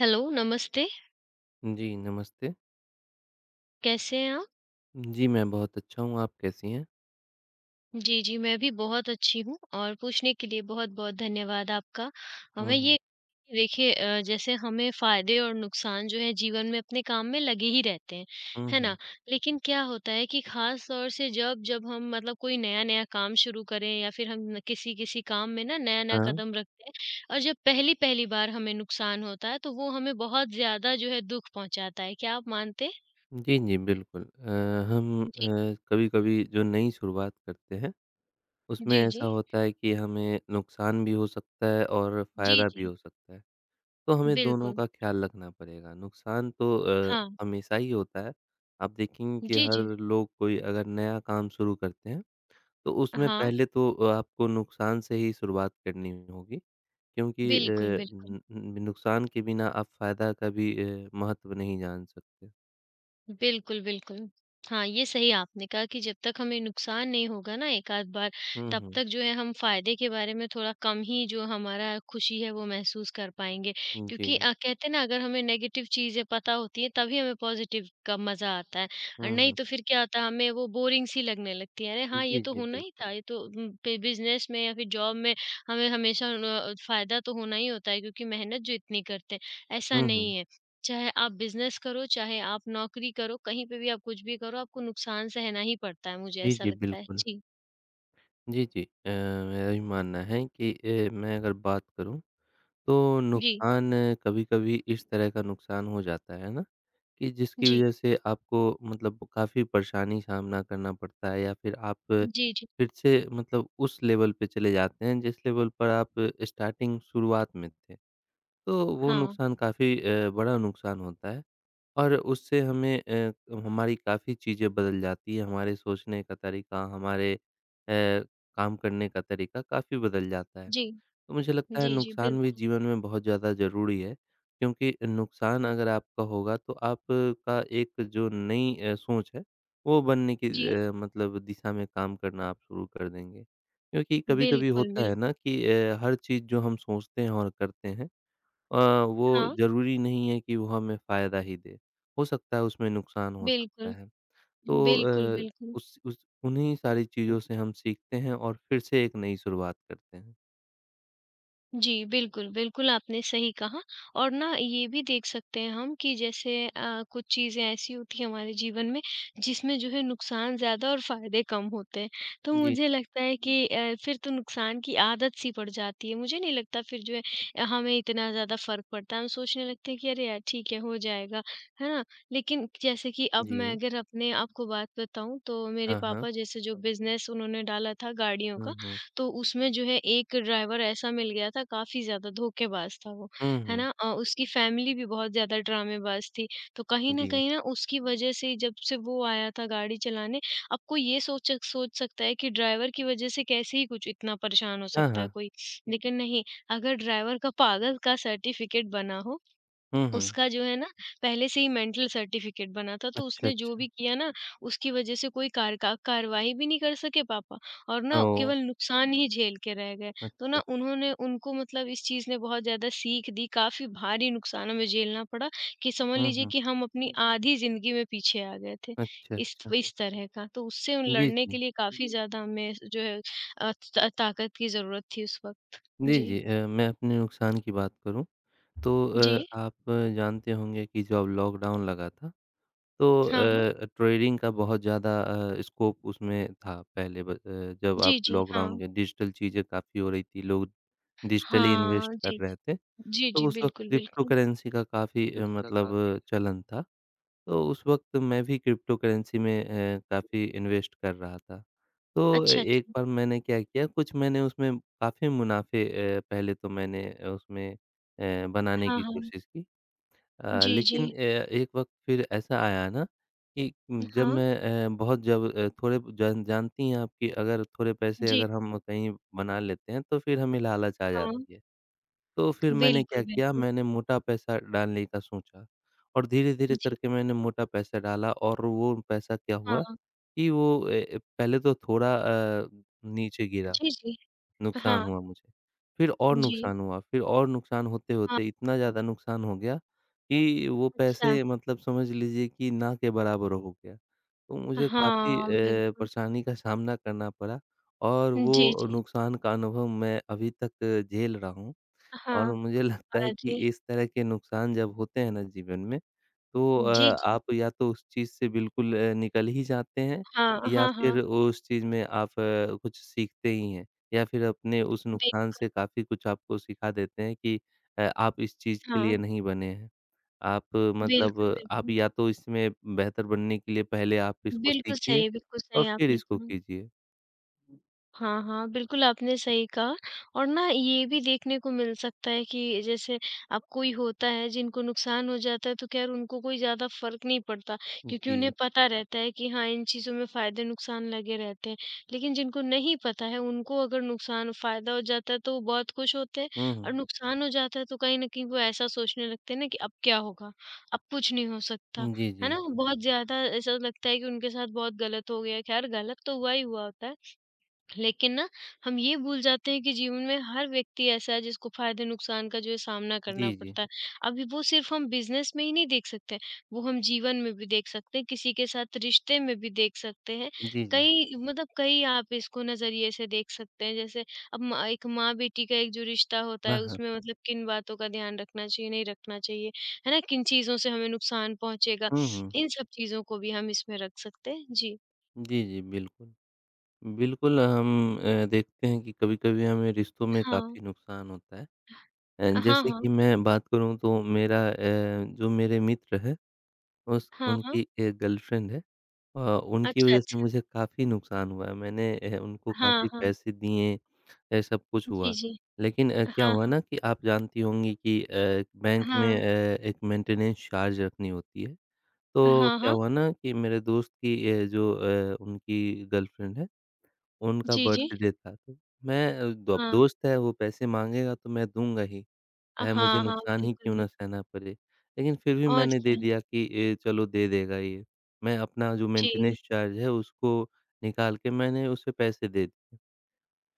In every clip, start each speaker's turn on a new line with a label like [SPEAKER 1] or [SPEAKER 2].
[SPEAKER 1] Hello, नमस्ते,
[SPEAKER 2] जी, नमस्ते।
[SPEAKER 1] कैसे हैं आप?
[SPEAKER 2] जी, मैं बहुत अच्छा हूँ, आप कैसी हैं?
[SPEAKER 1] जी, जी, मैं भी बहुत अच्छी हूँ और पूछने के लिए बहुत-बहुत धन्यवाद आपका। अ,
[SPEAKER 2] हुँ,
[SPEAKER 1] मैं ये
[SPEAKER 2] हुँ।
[SPEAKER 1] देखिए जैसे हमें फ़ायदे और नुकसान जो है जीवन में अपने काम में लगे ही रहते हैं,
[SPEAKER 2] हुँ,
[SPEAKER 1] है
[SPEAKER 2] हुँ।
[SPEAKER 1] ना? लेकिन क्या होता है कि ख़ास तौर से जब जब हम मतलब कोई नया-नया काम शुरू करें या फिर हम न किसी-किसी काम में ना नया-नया
[SPEAKER 2] हाँ।
[SPEAKER 1] कदम रखते हैं और जब पहली-पहली बार हमें नुकसान होता है, तो वो हमें बहुत ज़्यादा जो है दुःख पहुँचाता है। क्या आप मानते हैं?
[SPEAKER 2] जी, जी, बिल्कुल। हम
[SPEAKER 1] जी।
[SPEAKER 2] कभी-कभी जो नई शुरुआत करते हैं, उसमें
[SPEAKER 1] जी, जी।
[SPEAKER 2] ऐसा होता है कि हमें नुकसान भी हो सकता है और
[SPEAKER 1] जी,
[SPEAKER 2] फ़ायदा भी
[SPEAKER 1] जी।
[SPEAKER 2] हो सकता है, तो हमें दोनों
[SPEAKER 1] बिल्कुल,
[SPEAKER 2] का ख़्याल रखना पड़ेगा। नुकसान तो
[SPEAKER 1] हाँ।
[SPEAKER 2] हमेशा ही होता है, आप देखेंगे कि
[SPEAKER 1] जी,
[SPEAKER 2] हर
[SPEAKER 1] जी।
[SPEAKER 2] लोग कोई अगर नया काम शुरू करते हैं, तो उसमें
[SPEAKER 1] हाँ,
[SPEAKER 2] पहले तो आपको नुकसान से ही शुरुआत करनी होगी। क्योंकि
[SPEAKER 1] बिल्कुल, बिल्कुल।
[SPEAKER 2] न न नुकसान के बिना आप फ़ायदा का भी महत्व नहीं जान सकते।
[SPEAKER 1] बिल्कुल, बिल्कुल। हाँ, ये सही आपने कहा कि जब तक हमें नुकसान नहीं होगा ना एक आध बार,
[SPEAKER 2] हुँ,
[SPEAKER 1] तब
[SPEAKER 2] हुँ।
[SPEAKER 1] तक जो है हम फ़ायदे के बारे में थोड़ा कम ही जो हमारा खुशी है वो महसूस कर पाएँगे।
[SPEAKER 2] जी।
[SPEAKER 1] क्योंकि कहते हैं ना अगर हमें नेगेटिव चीज़ें पता होती हैं तभी हमें पॉज़िटिव का मज़ा आता है और
[SPEAKER 2] हुँ,
[SPEAKER 1] नहीं
[SPEAKER 2] हुँ।
[SPEAKER 1] तो फिर क्या होता है हमें वो बोरिंग सी लगने लगती है। अरे हाँ, ये
[SPEAKER 2] जी,
[SPEAKER 1] तो
[SPEAKER 2] जी,
[SPEAKER 1] होना ही था,
[SPEAKER 2] बिल्कुल।
[SPEAKER 1] ये तो पे बिज़नेस में या फिर जॉब में हमें हमेशा फ़ायदा तो होना ही होता है क्योंकि मेहनत जो इतनी करते हैं, ऐसा
[SPEAKER 2] हुँ, हुँ।
[SPEAKER 1] नहीं है। चाहे आप बिज़नेस करो, चाहे आप नौकरी करो, कहीं पे भी आप कुछ भी करो, आपको नुकसान सहना ही पड़ता है, मुझे
[SPEAKER 2] जी,
[SPEAKER 1] ऐसा
[SPEAKER 2] जी,
[SPEAKER 1] लगता है।
[SPEAKER 2] बिल्कुल।
[SPEAKER 1] जी,
[SPEAKER 2] जी, जी। मेरा भी मानना है कि मैं अगर बात करूँ तो
[SPEAKER 1] जी,
[SPEAKER 2] नुकसान कभी-कभी इस तरह का नुकसान हो जाता है ना कि जिसकी
[SPEAKER 1] जी,
[SPEAKER 2] वज़ह से आपको मतलब काफ़ी परेशानी सामना करना पड़ता है या फिर आप
[SPEAKER 1] जी, जी।
[SPEAKER 2] फिर से मतलब उस लेवल पे चले जाते हैं जिस लेवल पर आप स्टार्टिंग शुरुआत में थे। तो वो
[SPEAKER 1] हाँ,
[SPEAKER 2] नुकसान काफ़ी बड़ा नुकसान होता है और उससे हमें हमारी काफ़ी चीज़ें बदल जाती है, हमारे सोचने का तरीका, हमारे काम करने का तरीका काफ़ी बदल जाता है।
[SPEAKER 1] जी,
[SPEAKER 2] तो मुझे लगता है
[SPEAKER 1] जी, जी,
[SPEAKER 2] नुकसान भी
[SPEAKER 1] बिल्कुल।
[SPEAKER 2] जीवन में बहुत ज़्यादा ज़रूरी है क्योंकि नुकसान अगर आपका होगा तो आपका एक जो नई सोच है वो बनने की
[SPEAKER 1] जी,
[SPEAKER 2] मतलब दिशा में काम करना आप शुरू कर देंगे। क्योंकि कभी-कभी
[SPEAKER 1] बिल्कुल,
[SPEAKER 2] होता है
[SPEAKER 1] बिल्कुल।
[SPEAKER 2] ना कि हर चीज़ जो हम सोचते हैं और करते हैं अ, वो
[SPEAKER 1] हाँ,
[SPEAKER 2] ज़रूरी नहीं है कि वो हमें फ़ायदा ही दे। हो सकता है उसमें नुकसान हो सकता
[SPEAKER 1] बिल्कुल,
[SPEAKER 2] है। तो
[SPEAKER 1] बिल्कुल,
[SPEAKER 2] अ,
[SPEAKER 1] बिल्कुल।
[SPEAKER 2] उस उन्हीं सारी चीज़ों से हम सीखते हैं और फिर से एक नई शुरुआत करते हैं।
[SPEAKER 1] जी, बिल्कुल, बिल्कुल आपने सही कहा और ना ये भी देख सकते हैं हम कि जैसे कुछ चीज़ें ऐसी होती हैं हमारे जीवन में जिसमें जो है नुकसान ज़्यादा और फ़ायदे कम होते हैं। तो
[SPEAKER 2] जी,
[SPEAKER 1] मुझे लगता है कि फिर तो नुकसान की आदत सी पड़ जाती है। मुझे नहीं लगता फिर जो है हमें इतना ज़्यादा फ़र्क पड़ता है। हम सोचने लगते हैं कि अरे यार ठीक है हो जाएगा, है ना? लेकिन जैसे कि अब मैं
[SPEAKER 2] जी।
[SPEAKER 1] अगर अपने आपको बात बताऊँ तो मेरे
[SPEAKER 2] हाँ, हाँ।
[SPEAKER 1] पापा जैसे जो बिज़नेस उन्होंने डाला था गाड़ियों
[SPEAKER 2] हुँ,
[SPEAKER 1] का
[SPEAKER 2] हुँ।
[SPEAKER 1] तो उसमें जो है एक ड्राइवर ऐसा मिल गया था काफ़ी ज़्यादा धोखेबाज़ था वो,
[SPEAKER 2] हुँ,
[SPEAKER 1] है
[SPEAKER 2] हुँ।
[SPEAKER 1] ना? उसकी फ़ैमिली भी बहुत ज़्यादा ड्रामेबाज़ थी। तो कहीं न
[SPEAKER 2] जी।
[SPEAKER 1] कहीं ना उसकी वजह से जब से वो आया था गाड़ी चलाने, अब कोई ये सोच सोच सकता है कि ड्राइवर की वजह से कैसे ही कुछ इतना परेशान हो
[SPEAKER 2] हाँ,
[SPEAKER 1] सकता है
[SPEAKER 2] हाँ।
[SPEAKER 1] कोई। लेकिन नहीं, अगर ड्राइवर का पागल का सर्टिफ़िकेट बना हो
[SPEAKER 2] हुँ, हुँ।
[SPEAKER 1] उसका जो है ना पहले से ही मेंटल सर्टिफिकेट बना था, तो
[SPEAKER 2] अच्छा,
[SPEAKER 1] उसने जो
[SPEAKER 2] अच्छा।
[SPEAKER 1] भी किया ना उसकी वज़ह से कोई कार का कार्रवाई भी नहीं कर सके पापा और ना
[SPEAKER 2] ओह!
[SPEAKER 1] केवल नुकसान ही झेल के रह गए। तो
[SPEAKER 2] अच्छा,
[SPEAKER 1] ना
[SPEAKER 2] अच्छा।
[SPEAKER 1] उन्होंने उनको मतलब इस चीज़ ने बहुत ज़्यादा सीख दी, काफ़ी भारी नुकसान हमें झेलना पड़ा कि समझ
[SPEAKER 2] हुँ,
[SPEAKER 1] लीजिए
[SPEAKER 2] हुँ।
[SPEAKER 1] कि हम अपनी आधी ज़िंदगी में पीछे आ गए थे,
[SPEAKER 2] अच्छा,
[SPEAKER 1] इस
[SPEAKER 2] अच्छा।
[SPEAKER 1] इस तरह का। तो उससे उन
[SPEAKER 2] जी,
[SPEAKER 1] लड़ने के
[SPEAKER 2] जी।
[SPEAKER 1] लिए काफ़ी ज़्यादा हमें जो है अ, त ताकत की ज़रूरत थी उस वक़्त।
[SPEAKER 2] जी, जी।
[SPEAKER 1] जी।
[SPEAKER 2] मैं अपने नुकसान की बात करूँ तो
[SPEAKER 1] जी।
[SPEAKER 2] आप जानते होंगे कि जब लॉकडाउन लगा था तो
[SPEAKER 1] हाँ, हाँ।
[SPEAKER 2] ट्रेडिंग का बहुत ज़्यादा स्कोप उसमें था पहले जब आप
[SPEAKER 1] जी, जी।
[SPEAKER 2] लॉकडाउन
[SPEAKER 1] हाँ।
[SPEAKER 2] के डिजिटल चीज़ें काफ़ी हो रही थी, लोग डिजिटली
[SPEAKER 1] हाँ,
[SPEAKER 2] इन्वेस्ट कर
[SPEAKER 1] जी।
[SPEAKER 2] रहे थे,
[SPEAKER 1] जी,
[SPEAKER 2] तो
[SPEAKER 1] जी,
[SPEAKER 2] उस वक़्त
[SPEAKER 1] बिल्कुल,
[SPEAKER 2] क्रिप्टो
[SPEAKER 1] बिल्कुल।
[SPEAKER 2] करेंसी का काफ़ी मतलब चलन था। तो उस वक़्त मैं भी क्रिप्टो करेंसी में काफ़ी इन्वेस्ट कर रहा था। तो ए
[SPEAKER 1] अच्छा,
[SPEAKER 2] एक
[SPEAKER 1] अच्छा।
[SPEAKER 2] बार मैंने क्या किया, कुछ मैंने उसमें काफ़ी मुनाफ़े पहले तो मैंने उसमें बनाने
[SPEAKER 1] हाँ,
[SPEAKER 2] की
[SPEAKER 1] हाँ।
[SPEAKER 2] कोशिश की
[SPEAKER 1] जी, जी।
[SPEAKER 2] लेकिन एक वक़्त फिर ऐसा आया ना कि जब
[SPEAKER 1] हाँ,
[SPEAKER 2] मैं बहुत जब थोड़े जानती हैं आप कि अगर थोड़े पैसे
[SPEAKER 1] जी,
[SPEAKER 2] अगर हम कहीं बना लेते हैं तो फिर हमें लालच आ
[SPEAKER 1] हाँ।
[SPEAKER 2] जाती है। तो फिर मैंने क्या
[SPEAKER 1] बिल्कुल,
[SPEAKER 2] किया
[SPEAKER 1] बिल्कुल।
[SPEAKER 2] मैंने मोटा पैसा डालने का सोचा और धीरे-धीरे
[SPEAKER 1] जी,
[SPEAKER 2] करके मैंने मोटा पैसा डाला और वो पैसा क्या हुआ
[SPEAKER 1] हाँ।
[SPEAKER 2] कि वो ए ए, पहले तो थोड़ा अ, नीचे गिरा
[SPEAKER 1] जी, जी।
[SPEAKER 2] नुकसान
[SPEAKER 1] हाँ,
[SPEAKER 2] हुआ मुझे। फिर और
[SPEAKER 1] जी,
[SPEAKER 2] नुकसान हुआ, फिर और नुकसान
[SPEAKER 1] हाँ।
[SPEAKER 2] होते-होते इतना ज़्यादा नुकसान हो गया कि वो
[SPEAKER 1] अच्छा।
[SPEAKER 2] पैसे मतलब समझ लीजिए कि ना के बराबर हो गया। तो मुझे काफ़ी
[SPEAKER 1] हाँ, बिल्कुल।
[SPEAKER 2] परेशानी का सामना करना पड़ा और
[SPEAKER 1] जी,
[SPEAKER 2] वो
[SPEAKER 1] जी।
[SPEAKER 2] नुकसान का अनुभव मैं अभी तक झेल रहा हूँ और
[SPEAKER 1] हाँ,
[SPEAKER 2] मुझे लगता है कि
[SPEAKER 1] अरे!
[SPEAKER 2] इस तरह के नुकसान जब होते हैं ना जीवन में तो
[SPEAKER 1] जी, जी।
[SPEAKER 2] आप या तो उस चीज़ से बिल्कुल निकल ही जाते हैं
[SPEAKER 1] हाँ,
[SPEAKER 2] या
[SPEAKER 1] हाँ, हाँ।
[SPEAKER 2] फिर उस चीज़ में आप कुछ सीखते ही हैं या फिर अपने उस नुकसान
[SPEAKER 1] बिल्कुल,
[SPEAKER 2] से काफ़ी कुछ आपको सिखा देते हैं कि आप इस चीज़ के लिए
[SPEAKER 1] हाँ।
[SPEAKER 2] नहीं बने हैं। आप मतलब
[SPEAKER 1] बिल्कुल,
[SPEAKER 2] आप
[SPEAKER 1] बिल्कुल।
[SPEAKER 2] या तो इसमें बेहतर बनने के लिए पहले आप इसको सीखिए
[SPEAKER 1] बिल्कुल
[SPEAKER 2] और
[SPEAKER 1] सही
[SPEAKER 2] फिर
[SPEAKER 1] आपने
[SPEAKER 2] इसको
[SPEAKER 1] कहा।
[SPEAKER 2] कीजिए।
[SPEAKER 1] हाँ, हाँ, बिल्कुल आपने सही कहा और ना ये भी देखने को मिल सकता है कि जैसे अब कोई होता है जिनको नुकसान हो जाता है तो ख़ैर उनको कोई ज़्यादा फ़र्क नहीं पड़ता क्योंकि
[SPEAKER 2] जी।
[SPEAKER 1] उन्हें पता रहता है कि हाँ, इन चीज़ों में फ़ायदे-नुकसान लगे रहते हैं। लेकिन जिनको नहीं पता है उनको अगर नुकसान फ़ायदा हो जाता है तो वो बहुत खुश होते हैं
[SPEAKER 2] हुँ, हुँ।
[SPEAKER 1] और नुकसान हो जाता है तो कहीं न कहीं वो ऐसा सोचने लगते हैं ना कि अब क्या होगा? अब कुछ नहीं हो सकता,
[SPEAKER 2] जी,
[SPEAKER 1] है
[SPEAKER 2] जी।
[SPEAKER 1] ना? बहुत ज़्यादा ऐसा लगता है कि उनके साथ बहुत गलत हो गया। ख़ैर गलत तो हुआ ही हुआ होता है। लेकिन ना हम ये भूल जाते हैं कि जीवन में हर व्यक्ति ऐसा है जिसको फायदे नुकसान का जो है सामना करना
[SPEAKER 2] जी, जी।
[SPEAKER 1] पड़ता है। अभी वो सिर्फ़ हम बिज़नेस में ही नहीं देख सकते हैं, वो हम जीवन में भी देख सकते हैं, किसी के साथ रिश्ते में भी देख सकते हैं।
[SPEAKER 2] जी, जी।
[SPEAKER 1] कई मतलब कई आप इसको नज़रिए से देख सकते हैं जैसे अब म एक माँ-बेटी का एक जो रिश्ता होता
[SPEAKER 2] हाँ,
[SPEAKER 1] है
[SPEAKER 2] हाँ।
[SPEAKER 1] उसमें मतलब किन बातों का ध्यान रखना चाहिए, नहीं रखना चाहिए, है ना? किन चीज़ों से हमें नुकसान पहुँचेगा,
[SPEAKER 2] हुँ, हुँ।
[SPEAKER 1] इन सब चीज़ों को भी हम इसमें रख सकते हैं। जी।
[SPEAKER 2] जी, जी, बिल्कुल। बिल्कुल, हम देखते हैं कि कभी-कभी हमें रिश्तों में
[SPEAKER 1] हाँ।
[SPEAKER 2] काफ़ी नुकसान होता है।
[SPEAKER 1] हाँ,
[SPEAKER 2] जैसे कि
[SPEAKER 1] हाँ।
[SPEAKER 2] मैं बात करूँ तो मेरा जो मेरे मित्र हैं उस
[SPEAKER 1] हाँ, हाँ।
[SPEAKER 2] उनकी एक गर्लफ्रेंड है अ, उनकी
[SPEAKER 1] अच्छा,
[SPEAKER 2] वज़ह से
[SPEAKER 1] अच्छा।
[SPEAKER 2] मुझे काफ़ी नुकसान हुआ है। मैंने उनको
[SPEAKER 1] हाँ,
[SPEAKER 2] काफ़ी
[SPEAKER 1] हाँ।
[SPEAKER 2] पैसे दिए, ये सब कुछ
[SPEAKER 1] जी,
[SPEAKER 2] हुआ।
[SPEAKER 1] जी।
[SPEAKER 2] लेकिन क्या
[SPEAKER 1] हाँ,
[SPEAKER 2] हुआ
[SPEAKER 1] हाँ।
[SPEAKER 2] ना कि आप जानती होंगी कि बैंक में
[SPEAKER 1] हाँ।
[SPEAKER 2] एक मेंटेनेंस चार्ज रखनी होती है। तो
[SPEAKER 1] हाँ,
[SPEAKER 2] क्या
[SPEAKER 1] हाँ।
[SPEAKER 2] हुआ ना कि मेरे दोस्त की जो उनकी गर्लफ्रेंड है उनका
[SPEAKER 1] जी, जी।
[SPEAKER 2] बर्थडे था तो मैं दो अब
[SPEAKER 1] हाँ।
[SPEAKER 2] दोस्त है वो पैसे माँगेगा तो मैं दूँगा ही,
[SPEAKER 1] अ,
[SPEAKER 2] चाहे मुझे
[SPEAKER 1] हाँ, हाँ।
[SPEAKER 2] नुकसान ही
[SPEAKER 1] बिल्कुल,
[SPEAKER 2] क्यों ना
[SPEAKER 1] बिल्कुल।
[SPEAKER 2] सहना पड़े। लेकिन फिर भी
[SPEAKER 1] और
[SPEAKER 2] मैंने दे
[SPEAKER 1] क्या।
[SPEAKER 2] दिया कि चलो दे देगा ये। मैं अपना जो
[SPEAKER 1] जी।
[SPEAKER 2] मेंटेनेंस चार्ज है उसको निकाल के मैंने उसे पैसे दे दिए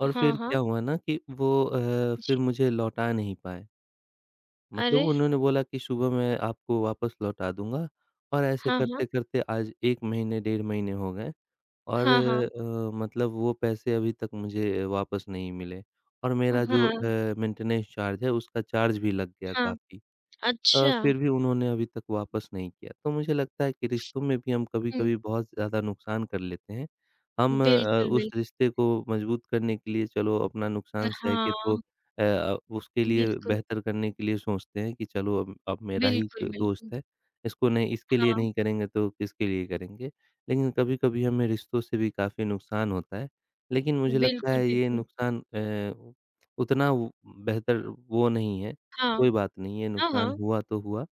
[SPEAKER 2] और
[SPEAKER 1] हाँ,
[SPEAKER 2] फिर
[SPEAKER 1] हाँ।
[SPEAKER 2] क्या हुआ ना कि वो
[SPEAKER 1] जी।
[SPEAKER 2] फिर मुझे लौटा नहीं पाए। मतलब
[SPEAKER 1] अरे!
[SPEAKER 2] उन्होंने बोला कि सुबह मैं आपको वापस लौटा दूँगा और ऐसे
[SPEAKER 1] हाँ, हाँ।
[SPEAKER 2] करते-करते आज 1 महीने, डेढ़ महीने हो गए। और
[SPEAKER 1] हाँ, हाँ।
[SPEAKER 2] मतलब वो पैसे अभी तक मुझे वापस नहीं मिले और
[SPEAKER 1] अ,
[SPEAKER 2] मेरा जो
[SPEAKER 1] हाँ,
[SPEAKER 2] मेंटेनेंस चार्ज है उसका चार्ज भी लग गया
[SPEAKER 1] हाँ।
[SPEAKER 2] काफ़ी।
[SPEAKER 1] अच्छा।
[SPEAKER 2] फिर भी उन्होंने अभी तक वापस नहीं किया। तो मुझे लगता है कि रिश्तों में भी हम
[SPEAKER 1] हुँ।
[SPEAKER 2] कभी-कभी बहुत ज़्यादा नुकसान कर लेते हैं। हम अ,
[SPEAKER 1] बिल्कुल,
[SPEAKER 2] हुँ। उस
[SPEAKER 1] बिल्कुल।
[SPEAKER 2] रिश्ते को मजबूत करने के लिए चलो अपना
[SPEAKER 1] अ,
[SPEAKER 2] नुकसान सह के तो
[SPEAKER 1] हाँ।
[SPEAKER 2] उसके लिए
[SPEAKER 1] बिल्कुल,
[SPEAKER 2] बेहतर करने के लिए सोचते हैं कि चलो अब मेरा ही एक
[SPEAKER 1] बिल्कुल,
[SPEAKER 2] दोस्त
[SPEAKER 1] बिल्कुल।
[SPEAKER 2] है, इसको नहीं इसके लिए
[SPEAKER 1] हाँ।
[SPEAKER 2] नहीं करेंगे तो किसके लिए करेंगे। लेकिन कभी-कभी हमें रिश्तों से भी काफ़ी नुकसान होता है। लेकिन मुझे लगता
[SPEAKER 1] बिल्कुल,
[SPEAKER 2] है ये
[SPEAKER 1] बिल्कुल।
[SPEAKER 2] नुकसान उतना बेहतर वो नहीं है
[SPEAKER 1] हाँ।
[SPEAKER 2] कोई बात नहीं है,
[SPEAKER 1] हाँ,
[SPEAKER 2] नुकसान
[SPEAKER 1] हाँ।
[SPEAKER 2] हुआ तो हुआ,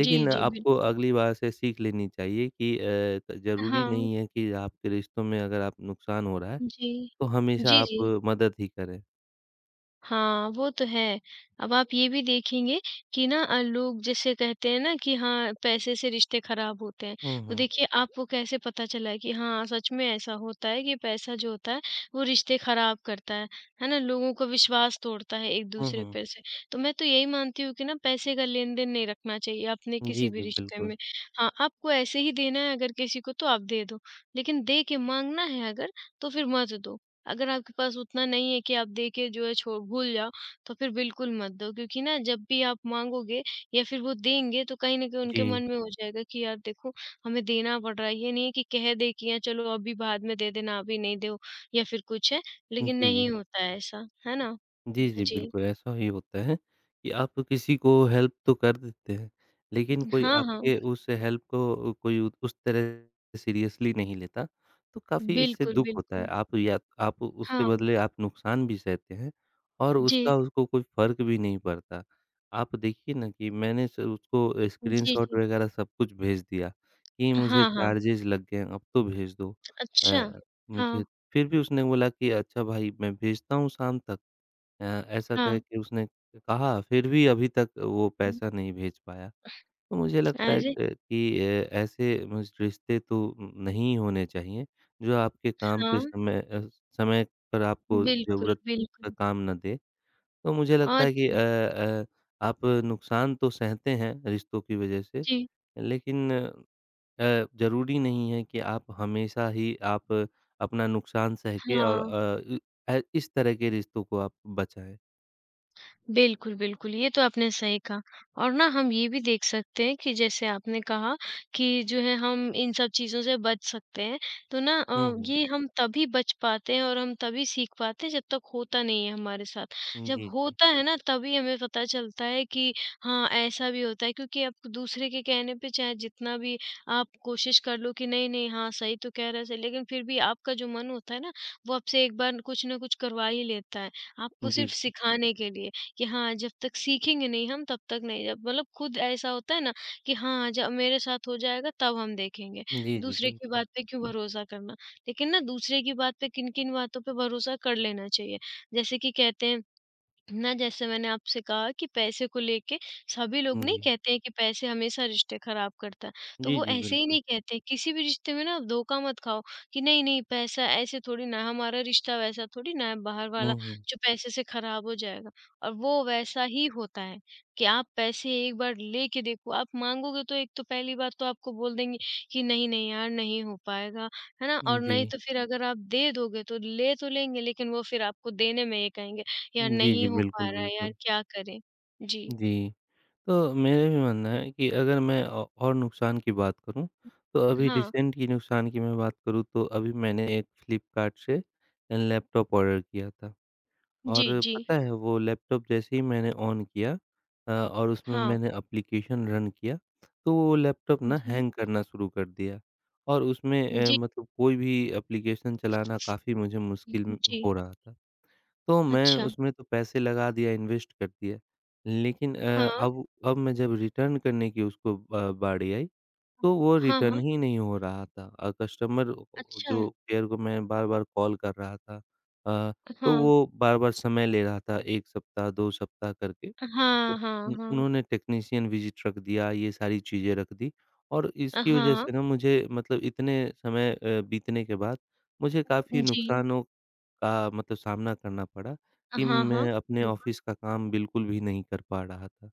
[SPEAKER 1] जी, जी।
[SPEAKER 2] आपको
[SPEAKER 1] बिल्कुल।
[SPEAKER 2] अगली बार से सीख लेनी चाहिए कि ज़रूरी
[SPEAKER 1] हाँ।
[SPEAKER 2] नहीं है कि आपके रिश्तों में अगर आप नुकसान हो रहा है,
[SPEAKER 1] जी।
[SPEAKER 2] तो
[SPEAKER 1] जी,
[SPEAKER 2] हमेशा
[SPEAKER 1] जी।
[SPEAKER 2] आप मदद ही करें।
[SPEAKER 1] हाँ, वो तो है। अब आप ये भी देखेंगे कि ना लोग जैसे कहते हैं ना कि हाँ, पैसे से रिश्ते खराब होते हैं।
[SPEAKER 2] हुँ,
[SPEAKER 1] तो
[SPEAKER 2] हुँ।
[SPEAKER 1] देखिए आपको कैसे पता चला है कि हाँ, सच में ऐसा होता है कि पैसा जो होता है वो रिश्ते खराब करता है ना? लोगों का विश्वास तोड़ता है
[SPEAKER 2] हुँ,
[SPEAKER 1] एक-दूसरे
[SPEAKER 2] हुँ।
[SPEAKER 1] पे से। तो मैं तो यही मानती हूँ कि ना पैसे का लेन-देन नहीं रखना चाहिए अपने
[SPEAKER 2] जी,
[SPEAKER 1] किसी भी
[SPEAKER 2] जी,
[SPEAKER 1] रिश्ते
[SPEAKER 2] बिल्कुल।
[SPEAKER 1] में। हाँ, आपको ऐसे ही देना है अगर किसी को तो आप दे दो, लेकिन दे के माँगना है अगर तो फिर मत दो। अगर आपके पास उतना नहीं है कि आप दे के जो है छो भूल जाओ, तो फिर बिल्कुल मत दो क्योंकि ना जब भी आप माँगोगे या फिर वो देंगे तो कहीं न कहीं
[SPEAKER 2] जी।
[SPEAKER 1] उनके मन में हो जाएगा कि यार देखो हमें देना पड़ रहा है। ये नहीं है कि कह दें कि या चलो अभी बाद में दे देना, अभी नहीं दो या फिर कुछ है, लेकिन
[SPEAKER 2] जी,
[SPEAKER 1] नहीं
[SPEAKER 2] जी।
[SPEAKER 1] होता है ऐसा, है ना?
[SPEAKER 2] जी, जी,
[SPEAKER 1] जी।
[SPEAKER 2] बिल्कुल, ऐसा ही होता है कि आप किसी को हेल्प तो कर देते हैं, लेकिन कोई
[SPEAKER 1] हाँ, हाँ।
[SPEAKER 2] आपके उस हेल्प को कोई उ उस तरह सीरियसली नहीं लेता, तो काफ़ी इससे
[SPEAKER 1] बिल्कुल,
[SPEAKER 2] दुःख होता है।
[SPEAKER 1] बिल्कुल।
[SPEAKER 2] आप उसके
[SPEAKER 1] हाँ।
[SPEAKER 2] बदले आप नुकसान भी सहते हैं और उसका
[SPEAKER 1] जी।
[SPEAKER 2] उसको कोई फ़र्क भी नहीं पड़ता। आप देखिए ना कि मैंने स उसको
[SPEAKER 1] जी,
[SPEAKER 2] स्क्रीनशॉट
[SPEAKER 1] जी।
[SPEAKER 2] वगैरह सब कुछ भेज दिया कि मुझे
[SPEAKER 1] हाँ, हाँ।
[SPEAKER 2] चार्जेज़ लग गए हैं, अब तो भेज दो। अ,
[SPEAKER 1] अच्छा। हाँ,
[SPEAKER 2] मुझे फिर भी उसने बोला कि अच्छा भाई मैं भेजता हूँ शाम तक। ऐसा कह
[SPEAKER 1] हाँ।
[SPEAKER 2] के उसने कहा, फिर भी अभी तक वो पैसा नहीं भेज पाया। तो मुझे लगता है
[SPEAKER 1] अरे!
[SPEAKER 2] कि ऐसे मुझ रिश्ते तो नहीं होने चाहिए, जो आपके काम पे
[SPEAKER 1] हाँ,
[SPEAKER 2] समय समय पर आपको
[SPEAKER 1] बिल्कुल,
[SPEAKER 2] ज़रूरत का
[SPEAKER 1] बिल्कुल।
[SPEAKER 2] काम ना दे। तो मुझे लगता
[SPEAKER 1] और
[SPEAKER 2] है कि
[SPEAKER 1] क्या।
[SPEAKER 2] आप नुकसान तो सहते हैं रिश्तों की वज़ह से,
[SPEAKER 1] जी।
[SPEAKER 2] लेकिन ज़रूरी नहीं है कि आप हमेशा ही आप अपना नुकसान सह के और
[SPEAKER 1] हाँ,
[SPEAKER 2] इस तरह के रिश्तों को आप बचाएँ।
[SPEAKER 1] बिल्कुल, बिल्कुल, ये तो आपने सही कहा और ना हम ये भी देख सकते हैं कि जैसे आपने कहा कि जो है हम इन सब चीज़ों से बच सकते हैं, तो ना
[SPEAKER 2] हुँ, हुँ।
[SPEAKER 1] ये हम तभी बच पाते हैं और हम तभी सीख पाते हैं जब तक होता नहीं है हमारे साथ। जब
[SPEAKER 2] जी, जी।
[SPEAKER 1] होता है ना तभी हमें पता चलता है कि हाँ, ऐसा भी होता है क्योंकि आप दूसरे के कहने पे चाहे जितना भी आप कोशिश कर लो कि नहीं, नहीं, हाँ, सही तो कह रहा है सही लेकिन फिर भी आपका जो मन होता है ना, वो आपसे एक बार कुछ ना कुछ करवा ही लेता है, आपको
[SPEAKER 2] जी,
[SPEAKER 1] सिर्फ़
[SPEAKER 2] जी।
[SPEAKER 1] सिखाने के लिए। कि हाँ, जब तक सीखेंगे नहीं हम तब तक नहीं जब मतलब खुद ऐसा होता है ना कि हाँ, जब मेरे साथ हो जाएगा तब हम देखेंगे।
[SPEAKER 2] जी, जी,
[SPEAKER 1] दूसरे की
[SPEAKER 2] बिल्कुल।
[SPEAKER 1] बात पे क्यों भरोसा करना? लेकिन ना दूसरे की बात पे किन-किन बातों पे भरोसा कर लेना चाहिए। जैसे कि कहते हैं ना जैसे मैंने आपसे कहा कि पैसे को लेके सभी लोग नहीं
[SPEAKER 2] जी।
[SPEAKER 1] कहते हैं कि पैसे हमेशा रिश्ते खराब करता है तो
[SPEAKER 2] जी,
[SPEAKER 1] वो
[SPEAKER 2] जी,
[SPEAKER 1] ऐसे ही
[SPEAKER 2] बिल्कुल।
[SPEAKER 1] नहीं कहते किसी भी रिश्ते में ना आप धोखा मत खाओ कि नहीं नहीं पैसा ऐसे थोड़ी ना है, हमारा रिश्ता वैसा थोड़ी ना है बाहर
[SPEAKER 2] हुँ,
[SPEAKER 1] वाला
[SPEAKER 2] हुँ।
[SPEAKER 1] जो पैसे से खराब हो जाएगा और वो वैसा ही होता है कि आप पैसे एक बार लेके देखो आप मांगोगे तो एक तो पहली बात तो आपको बोल देंगे कि नहीं नहीं यार नहीं हो पाएगा है ना और
[SPEAKER 2] जी।
[SPEAKER 1] नहीं तो फिर अगर आप दे दोगे तो ले तो लेंगे लेकिन वो फिर आपको देने में ये कहेंगे या
[SPEAKER 2] जी, जी,
[SPEAKER 1] नहीं हो
[SPEAKER 2] बिल्कुल,
[SPEAKER 1] पा रहा है यार
[SPEAKER 2] बिल्कुल।
[SPEAKER 1] क्या करें? जी।
[SPEAKER 2] जी। तो मेरा भी मानना है कि अगर मैं औ और नुकसान की बात करूँ, तो अभी
[SPEAKER 1] हाँ।
[SPEAKER 2] रिसेंट की नुकसान की मैं बात करूँ, तो अभी मैंने एक फ्लिपकार्ट से लैपटॉप ऑर्डर किया था।
[SPEAKER 1] जी,
[SPEAKER 2] और
[SPEAKER 1] जी।
[SPEAKER 2] पता है वो लैपटॉप जैसे ही मैंने ऑन किया और उसमें
[SPEAKER 1] हाँ।
[SPEAKER 2] मैंने एप्लीकेशन रन किया, तो वो लैपटॉप ना
[SPEAKER 1] जी।
[SPEAKER 2] हैंग करना शुरू कर दिया और उसमें
[SPEAKER 1] जी,
[SPEAKER 2] मतलब कोई भी एप्लीकेशन चलाना काफ़ी मुझे मुश्किल म
[SPEAKER 1] जी।
[SPEAKER 2] हो रहा था। तो मैं
[SPEAKER 1] अच्छा।
[SPEAKER 2] उसमें तो पैसे लगा दिया, इन्वेस्ट कर दिया, लेकिन
[SPEAKER 1] हाँ।
[SPEAKER 2] अब मैं जब रिटर्न करने की उसको ब बारी आई तो वो
[SPEAKER 1] हाँ,
[SPEAKER 2] रिटर्न
[SPEAKER 1] हाँ।
[SPEAKER 2] ही नहीं हो रहा था कस्टमर ओ
[SPEAKER 1] अच्छा।
[SPEAKER 2] जो केयर को मैं बार-बार कॉल कर रहा था अ, तो
[SPEAKER 1] हाँ।
[SPEAKER 2] वो बार-बार समय ले रहा था 1 सप्ताह, 2 सप्ताह करके। हुँ।
[SPEAKER 1] हाँ, हाँ,
[SPEAKER 2] उन
[SPEAKER 1] हाँ।
[SPEAKER 2] उन्होंने टेक्नीशियन विज़िट रख दिया, ये सारी चीज़ें रख दी और
[SPEAKER 1] अ,
[SPEAKER 2] इसकी वजह
[SPEAKER 1] हाँ।
[SPEAKER 2] से ना मुझे मतलब इतने समय बीतने के बाद मुझे काफ़ी
[SPEAKER 1] जी।
[SPEAKER 2] नुकसानों का मतलब सामना करना पड़ा कि
[SPEAKER 1] हाँ, हाँ।
[SPEAKER 2] मैं अपने
[SPEAKER 1] बिल्कुल।
[SPEAKER 2] ऑफ़िस का काम बिल्कुल भी नहीं कर पा रहा था।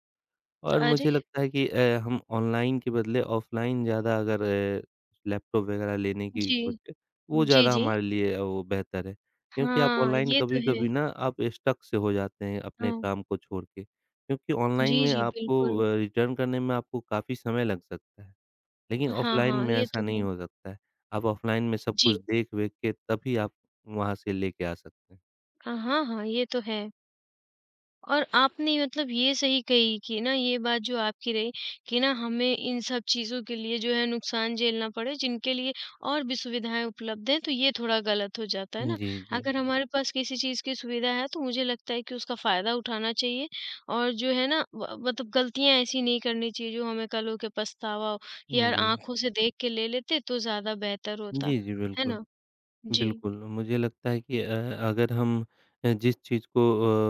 [SPEAKER 2] और मुझे
[SPEAKER 1] अरे!
[SPEAKER 2] लगता है कि हम ऑनलाइन के बदले ऑफ़लाइन ज़्यादा अगर लैपटॉप वग़ैरह लेने की
[SPEAKER 1] जी।
[SPEAKER 2] सोचे, वो
[SPEAKER 1] जी,
[SPEAKER 2] ज़्यादा
[SPEAKER 1] जी।
[SPEAKER 2] हमारे लिए वो बेहतर है। क्योंकि आप
[SPEAKER 1] हाँ,
[SPEAKER 2] ऑनलाइन
[SPEAKER 1] ये तो
[SPEAKER 2] कभी-कभी
[SPEAKER 1] है।
[SPEAKER 2] ना आप स्टक से हो जाते हैं अपने
[SPEAKER 1] हाँ।
[SPEAKER 2] काम को छोड़ के। क्योंकि ऑनलाइन
[SPEAKER 1] जी,
[SPEAKER 2] में
[SPEAKER 1] जी,
[SPEAKER 2] आपको
[SPEAKER 1] बिल्कुल।
[SPEAKER 2] रिटर्न करने में आपको काफ़ी समय लग सकता है, लेकिन
[SPEAKER 1] हाँ,
[SPEAKER 2] ऑफ़लाइन
[SPEAKER 1] हाँ,
[SPEAKER 2] में
[SPEAKER 1] ये
[SPEAKER 2] ऐसा
[SPEAKER 1] तो
[SPEAKER 2] नहीं
[SPEAKER 1] है।
[SPEAKER 2] हो सकता है। आप ऑफ़लाइन में सब कुछ
[SPEAKER 1] जी।
[SPEAKER 2] देख-वेख के तभी आप वहाँ से लेके आ सकते हैं।
[SPEAKER 1] अ, हाँ, हाँ, ये तो है। और आपने मतलब ये सही कही कि ना ये बात जो आपकी रही कि ना हमें इन सब चीज़ों के लिए जो है नुकसान झेलना पड़े जिनके लिए और भी सुविधाएँ उपलब्ध हैं तो ये थोड़ा गलत हो जाता है ना।
[SPEAKER 2] जी, जी।
[SPEAKER 1] अगर हमारे पास किसी चीज़ की सुविधा है तो मुझे लगता है कि उसका फ़ायदा उठाना चाहिए और जो है ना व मतलब गलतियाँ ऐसी नहीं करनी चाहिए जो हमें कल हो के पछतावा हो कि यार
[SPEAKER 2] जी।
[SPEAKER 1] आँखों से देख के ले लेते तो ज़्यादा बेहतर होता।
[SPEAKER 2] जी, जी,
[SPEAKER 1] है
[SPEAKER 2] बिल्कुल।
[SPEAKER 1] ना? जी।
[SPEAKER 2] बिल्कुल, मुझे लगता है कि अगर हम जिस चीज़ को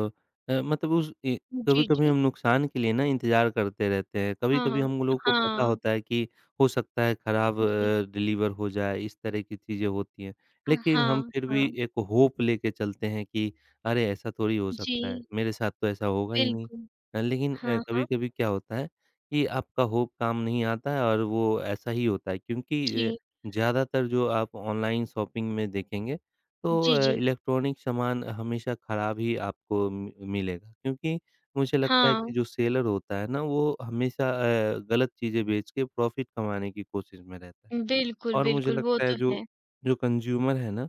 [SPEAKER 2] मतलब उस ए
[SPEAKER 1] जी,
[SPEAKER 2] कभी-कभी
[SPEAKER 1] जी।
[SPEAKER 2] हम नुकसान के लिए ना इंतज़ार करते रहते हैं।
[SPEAKER 1] हाँ,
[SPEAKER 2] कभी-कभी
[SPEAKER 1] हाँ।
[SPEAKER 2] हम लोगों को पता
[SPEAKER 1] हाँ।
[SPEAKER 2] होता है कि हो सकता है खराब
[SPEAKER 1] जी।
[SPEAKER 2] डिलीवर हो जाए, इस तरह की चीज़ें होती हैं।
[SPEAKER 1] अ,
[SPEAKER 2] लेकिन हम
[SPEAKER 1] हाँ,
[SPEAKER 2] फिर भी
[SPEAKER 1] हाँ।
[SPEAKER 2] एक होप लेके चलते हैं कि अरे! ऐसा थोड़ी हो
[SPEAKER 1] जी।
[SPEAKER 2] सकता है, मेरे साथ तो ऐसा होगा ही नहीं।
[SPEAKER 1] बिल्कुल।
[SPEAKER 2] लेकिन
[SPEAKER 1] हाँ, हाँ।
[SPEAKER 2] कभी-कभी क्या होता है कि आपका होप काम नहीं आता है और वो ऐसा ही होता है क्योंकि
[SPEAKER 1] जी।
[SPEAKER 2] ज़्यादातर जो आप ऑनलाइन शॉपिंग में देखेंगे, तो
[SPEAKER 1] जी, जी।
[SPEAKER 2] इलेक्ट्रॉनिक सामान हमेशा खराब ही आपको मि मिलेगा क्योंकि मुझे लगता है कि
[SPEAKER 1] हाँ,
[SPEAKER 2] जो सेलर होता है ना, वो हमेशा गलत चीज़ें बेच के प्रॉफ़िट कमाने की कोशिश में रहता है।
[SPEAKER 1] बिल्कुल,
[SPEAKER 2] और मुझे
[SPEAKER 1] बिल्कुल, वो
[SPEAKER 2] लगता है
[SPEAKER 1] तो
[SPEAKER 2] जो
[SPEAKER 1] है।
[SPEAKER 2] जो कंज़्यूमर है ना,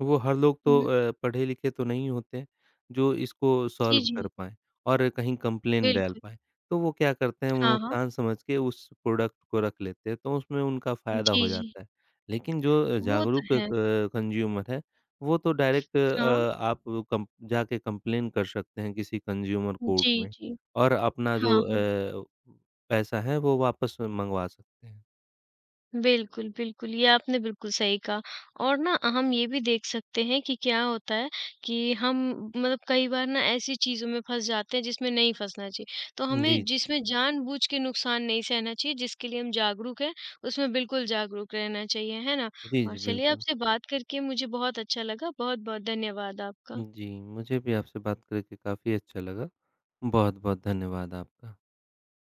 [SPEAKER 2] वो हर लोग तो
[SPEAKER 1] हुँ।
[SPEAKER 2] पढ़े लिखे तो नहीं होते हैं, जो इसको
[SPEAKER 1] जी,
[SPEAKER 2] सॉल्व कर
[SPEAKER 1] जी,
[SPEAKER 2] पाएँ और कहीं कंप्लेंट डाल
[SPEAKER 1] बिल्कुल।
[SPEAKER 2] पाएँ। तो वो क्या करते हैं, वो
[SPEAKER 1] हाँ, हाँ।
[SPEAKER 2] नुकसान समझ के उस प्रोडक्ट को रख लेते हैं, तो उसमें उनका फ़ायदा
[SPEAKER 1] जी,
[SPEAKER 2] हो
[SPEAKER 1] जी,
[SPEAKER 2] जाता है। लेकिन जो
[SPEAKER 1] वो तो
[SPEAKER 2] जागरूक
[SPEAKER 1] है।
[SPEAKER 2] कंज़्यूमर है, वो तो डायरेक्ट
[SPEAKER 1] हाँ।
[SPEAKER 2] आप कम जाके कंप्लेन कर सकते हैं किसी कंज़्यूमर कोर्ट
[SPEAKER 1] जी,
[SPEAKER 2] में
[SPEAKER 1] जी।
[SPEAKER 2] और अपना
[SPEAKER 1] हाँ,
[SPEAKER 2] जो
[SPEAKER 1] हाँ।
[SPEAKER 2] पैसा है, वो वापस मंगवा सकते हैं।
[SPEAKER 1] बिल्कुल, बिल्कुल, ये आपने बिल्कुल सही कहा और ना हम ये भी देख सकते हैं कि क्या होता है कि हम मतलब कई बार ना ऐसी चीज़ों में फँस जाते हैं जिसमें नहीं फँसना चाहिए। तो
[SPEAKER 2] जी।
[SPEAKER 1] हमें जिसमें जानबूझ के नुकसान नहीं सहना चाहिए, जिसके लिए हम जागरूक हैं, उसमें बिल्कुल जागरूक रहना चाहिए, है ना?
[SPEAKER 2] जी,
[SPEAKER 1] और
[SPEAKER 2] जी,
[SPEAKER 1] चलिए
[SPEAKER 2] बिल्कुल।
[SPEAKER 1] आपसे बात करके मुझे बहुत अच्छा लगा, बहुत-बहुत धन्यवाद आपका।
[SPEAKER 2] जी, मुझे भी आपसे बात करके काफ़ी अच्छा लगा। बहुत-बहुत धन्यवाद आपका।